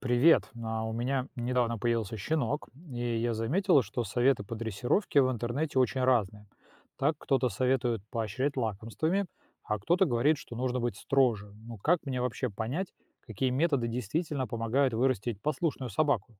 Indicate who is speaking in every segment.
Speaker 1: Привет. У меня недавно появился щенок, и я заметил, что советы по дрессировке в интернете очень разные. Так кто-то советует поощрять лакомствами, а кто-то говорит, что нужно быть строже. Ну как мне вообще понять, какие методы действительно помогают вырастить послушную собаку?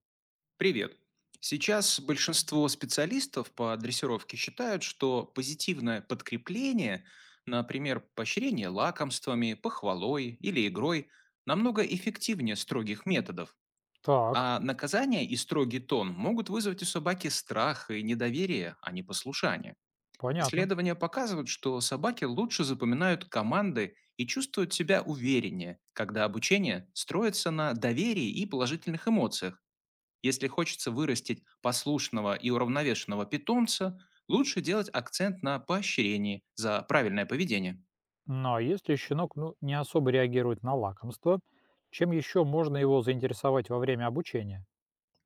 Speaker 2: Привет. Сейчас большинство специалистов по дрессировке считают, что позитивное подкрепление, например, поощрение лакомствами, похвалой или игрой, намного эффективнее строгих методов.
Speaker 1: Так,
Speaker 2: А наказание и строгий тон могут вызвать у собаки страх и недоверие, а не послушание.
Speaker 1: понятно.
Speaker 2: Исследования показывают, что собаки лучше запоминают команды и чувствуют себя увереннее, когда обучение строится на доверии и положительных эмоциях. Если хочется вырастить послушного и уравновешенного питомца, лучше делать акцент на поощрении за правильное поведение.
Speaker 1: Ну а если щенок не особо реагирует на лакомство, чем еще можно его заинтересовать во время обучения?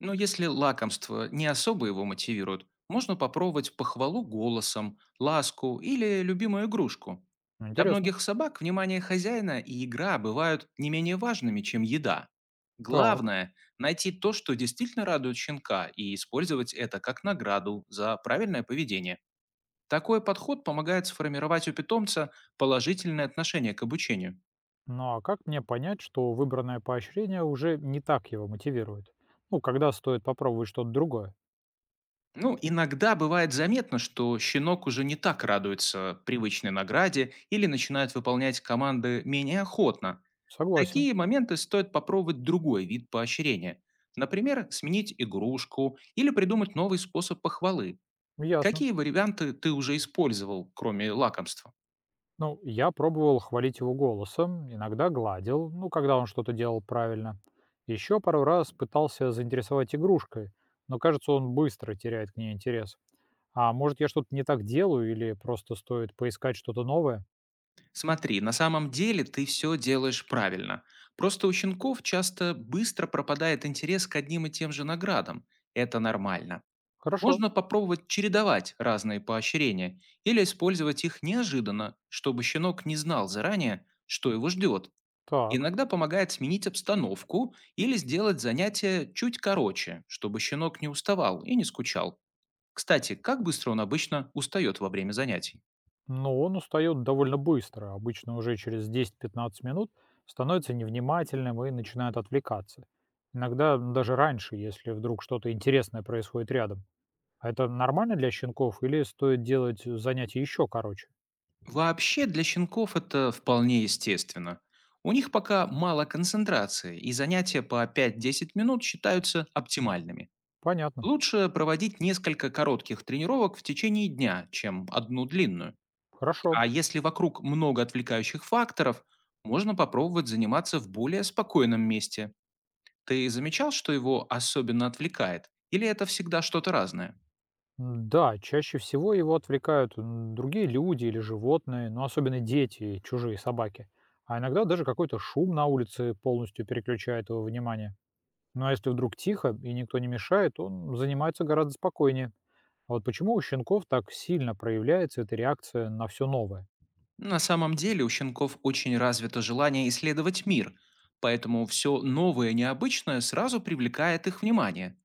Speaker 2: Но если лакомство не особо его мотивирует, можно попробовать похвалу голосом, ласку или любимую игрушку. Для
Speaker 1: Интересно.
Speaker 2: многих собак внимание хозяина и игра бывают не менее важными, чем еда.
Speaker 1: Так.
Speaker 2: Главное — найти то, что действительно радует щенка, и использовать это как награду за правильное поведение. Такой подход помогает сформировать у питомца положительное отношение к обучению.
Speaker 1: Ну а как мне понять, что выбранное поощрение уже не так его мотивирует? Ну, когда стоит попробовать что-то другое?
Speaker 2: Ну, иногда бывает заметно, что щенок уже не так радуется привычной награде или начинает выполнять команды менее охотно. В
Speaker 1: Согласен,
Speaker 2: такие моменты стоит попробовать другой вид поощрения. Например, сменить игрушку или придумать новый способ похвалы.
Speaker 1: ясно.
Speaker 2: Какие варианты ты уже использовал, кроме лакомства?
Speaker 1: Ну, я пробовал хвалить его голосом, иногда гладил, ну, когда он что-то делал правильно. Еще пару раз пытался заинтересовать игрушкой, но, кажется, он быстро теряет к ней интерес. А может, я что-то не так делаю или просто стоит поискать что-то новое?
Speaker 2: Смотри, на самом деле ты все делаешь правильно. Просто у щенков часто быстро пропадает интерес к одним и тем же наградам. Это нормально.
Speaker 1: Хорошо,
Speaker 2: Можно попробовать чередовать разные поощрения или использовать их неожиданно, чтобы щенок не знал заранее, что его ждет.
Speaker 1: так.
Speaker 2: Иногда помогает сменить обстановку или сделать занятие чуть короче, чтобы щенок не уставал и не скучал. Кстати, как быстро он обычно устает во время занятий?
Speaker 1: Но он устает довольно быстро, обычно уже через 10-15 минут становится невнимательным и начинает отвлекаться. Иногда даже раньше, если вдруг что-то интересное происходит рядом. А это нормально для щенков или стоит делать занятия еще короче?
Speaker 2: Вообще для щенков это вполне естественно. У них пока мало концентрации, и занятия по 5–10 минут считаются оптимальными.
Speaker 1: Понятно.
Speaker 2: Лучше проводить несколько коротких тренировок в течение дня, чем одну длинную.
Speaker 1: Хорошо.
Speaker 2: А если вокруг много отвлекающих факторов, можно попробовать заниматься в более спокойном месте. Ты замечал, что его особенно отвлекает? Или это всегда что-то разное?
Speaker 1: Да, чаще всего его отвлекают другие люди или животные, но особенно дети и чужие собаки. А иногда даже какой-то шум на улице полностью переключает его внимание. Ну а если вдруг тихо и никто не мешает, он занимается гораздо спокойнее. А вот почему у щенков так сильно проявляется эта реакция на все новое?
Speaker 2: На самом деле у щенков очень развито желание исследовать мир, поэтому все новое и необычное сразу привлекает их внимание.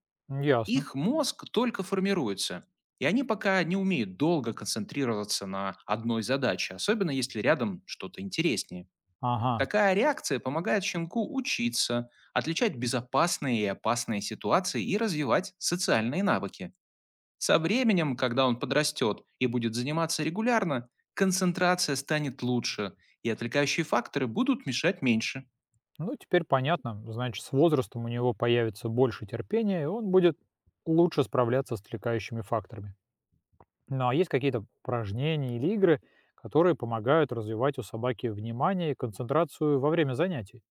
Speaker 1: Ясно.
Speaker 2: Их мозг только формируется, и они пока не умеют долго концентрироваться на одной задаче, особенно если рядом что-то интереснее.
Speaker 1: Ага.
Speaker 2: Такая реакция помогает щенку учиться, отличать безопасные и опасные ситуации и развивать социальные навыки. Со временем, когда он подрастет и будет заниматься регулярно, концентрация станет лучше, и отвлекающие факторы будут мешать меньше.
Speaker 1: Ну, теперь понятно. Значит, с возрастом у него появится больше терпения, и он будет лучше справляться с отвлекающими факторами. Ну, а есть какие-то упражнения или игры, которые помогают развивать у собаки внимание и концентрацию во время занятий?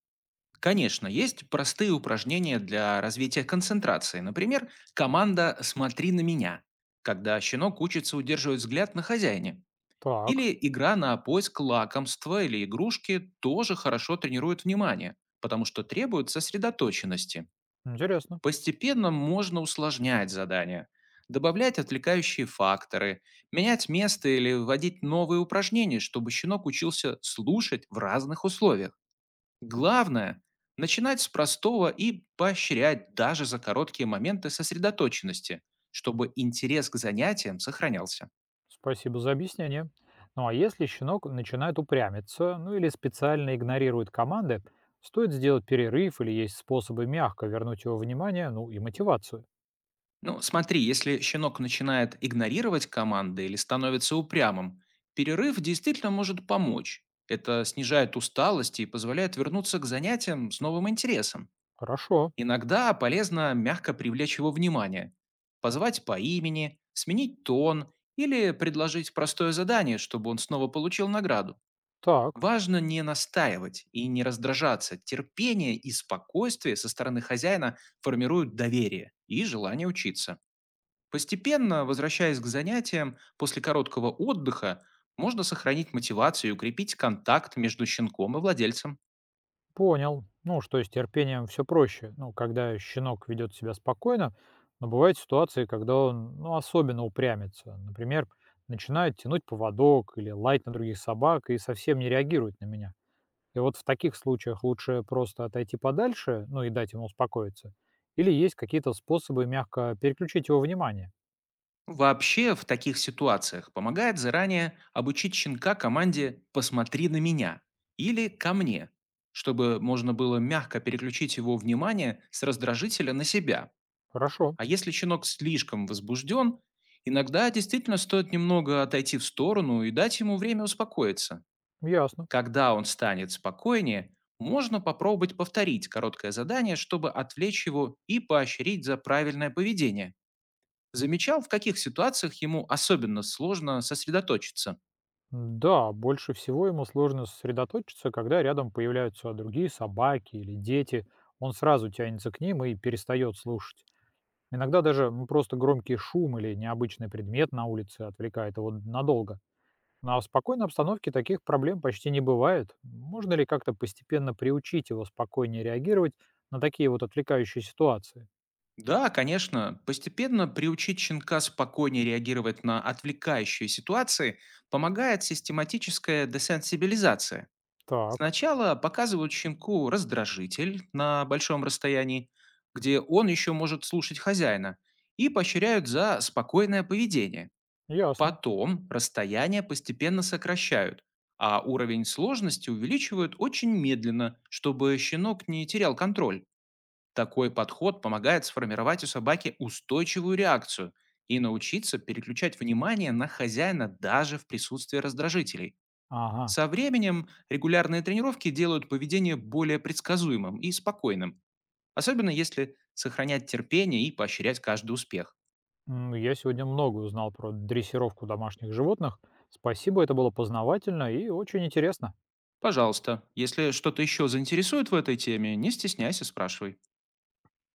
Speaker 2: Конечно, есть простые упражнения для развития концентрации. Например, команда «Смотри на меня», когда щенок учится удерживать взгляд на хозяине.
Speaker 1: Так,
Speaker 2: Или игра на поиск лакомства или игрушки тоже хорошо тренирует внимание, потому что требует сосредоточенности.
Speaker 1: интересно.
Speaker 2: Постепенно можно усложнять задания, добавлять отвлекающие факторы, менять место или вводить новые упражнения, чтобы щенок учился слушать в разных условиях. Главное — начинать с простого и поощрять даже за короткие моменты сосредоточенности, чтобы интерес к занятиям сохранялся.
Speaker 1: Спасибо за объяснение. Ну а если щенок начинает упрямиться, ну или специально игнорирует команды, стоит сделать перерыв или есть способы мягко вернуть его внимание, ну и мотивацию.
Speaker 2: Ну, смотри, если щенок начинает игнорировать команды или становится упрямым, перерыв действительно может помочь. Это снижает усталость и позволяет вернуться к занятиям с новым интересом.
Speaker 1: Хорошо,
Speaker 2: Иногда полезно мягко привлечь его внимание, позвать по имени, сменить тон или предложить простое задание, чтобы он снова получил награду.
Speaker 1: так,
Speaker 2: Важно не настаивать и не раздражаться. Терпение и спокойствие со стороны хозяина формируют доверие и желание учиться. Постепенно, возвращаясь к занятиям после короткого отдыха, можно сохранить мотивацию и укрепить контакт между щенком и владельцем.
Speaker 1: понял. Ну что, с терпением все проще. Ну, когда щенок ведет себя спокойно, но бывают ситуации, когда он особенно упрямится. Например, начинает тянуть поводок или лаять на других собак и совсем не реагирует на меня. И вот в таких случаях лучше просто отойти подальше, ну и дать ему успокоиться. Или есть какие-то способы мягко переключить его внимание?
Speaker 2: Вообще, в таких ситуациях помогает заранее обучить щенка команде «посмотри на меня» или «ко мне», чтобы можно было мягко переключить его внимание с раздражителя на себя.
Speaker 1: Хорошо,
Speaker 2: А если щенок слишком возбужден, иногда действительно стоит немного отойти в сторону и дать ему время успокоиться.
Speaker 1: ясно.
Speaker 2: Когда он станет спокойнее, можно попробовать повторить короткое задание, чтобы отвлечь его и поощрить за правильное поведение. Замечал, в каких ситуациях ему особенно сложно сосредоточиться.
Speaker 1: Да, больше всего ему сложно сосредоточиться, когда рядом появляются другие собаки или дети. Он сразу тянется к ним и перестает слушать. Иногда даже просто громкий шум или необычный предмет на улице отвлекает его надолго. На спокойной обстановке таких проблем почти не бывает. Можно ли как-то постепенно приучить его спокойнее реагировать на такие вот отвлекающие ситуации?
Speaker 2: Да, конечно, постепенно приучить щенка спокойнее реагировать на отвлекающие ситуации помогает систематическая десенсибилизация.
Speaker 1: Так,
Speaker 2: Сначала показывают щенку раздражитель на большом расстоянии, где он еще может слушать хозяина, и поощряют за спокойное поведение.
Speaker 1: ясно.
Speaker 2: Потом расстояние постепенно сокращают, а уровень сложности увеличивают очень медленно, чтобы щенок не терял контроль. Такой подход помогает сформировать у собаки устойчивую реакцию и научиться переключать внимание на хозяина даже в присутствии раздражителей.
Speaker 1: Ага.
Speaker 2: Со временем регулярные тренировки делают поведение более предсказуемым и спокойным, особенно если сохранять терпение и поощрять каждый успех.
Speaker 1: Я сегодня много узнал про дрессировку домашних животных. Спасибо, это было познавательно и очень интересно.
Speaker 2: Пожалуйста, если что-то еще заинтересует в этой теме, не стесняйся, спрашивай.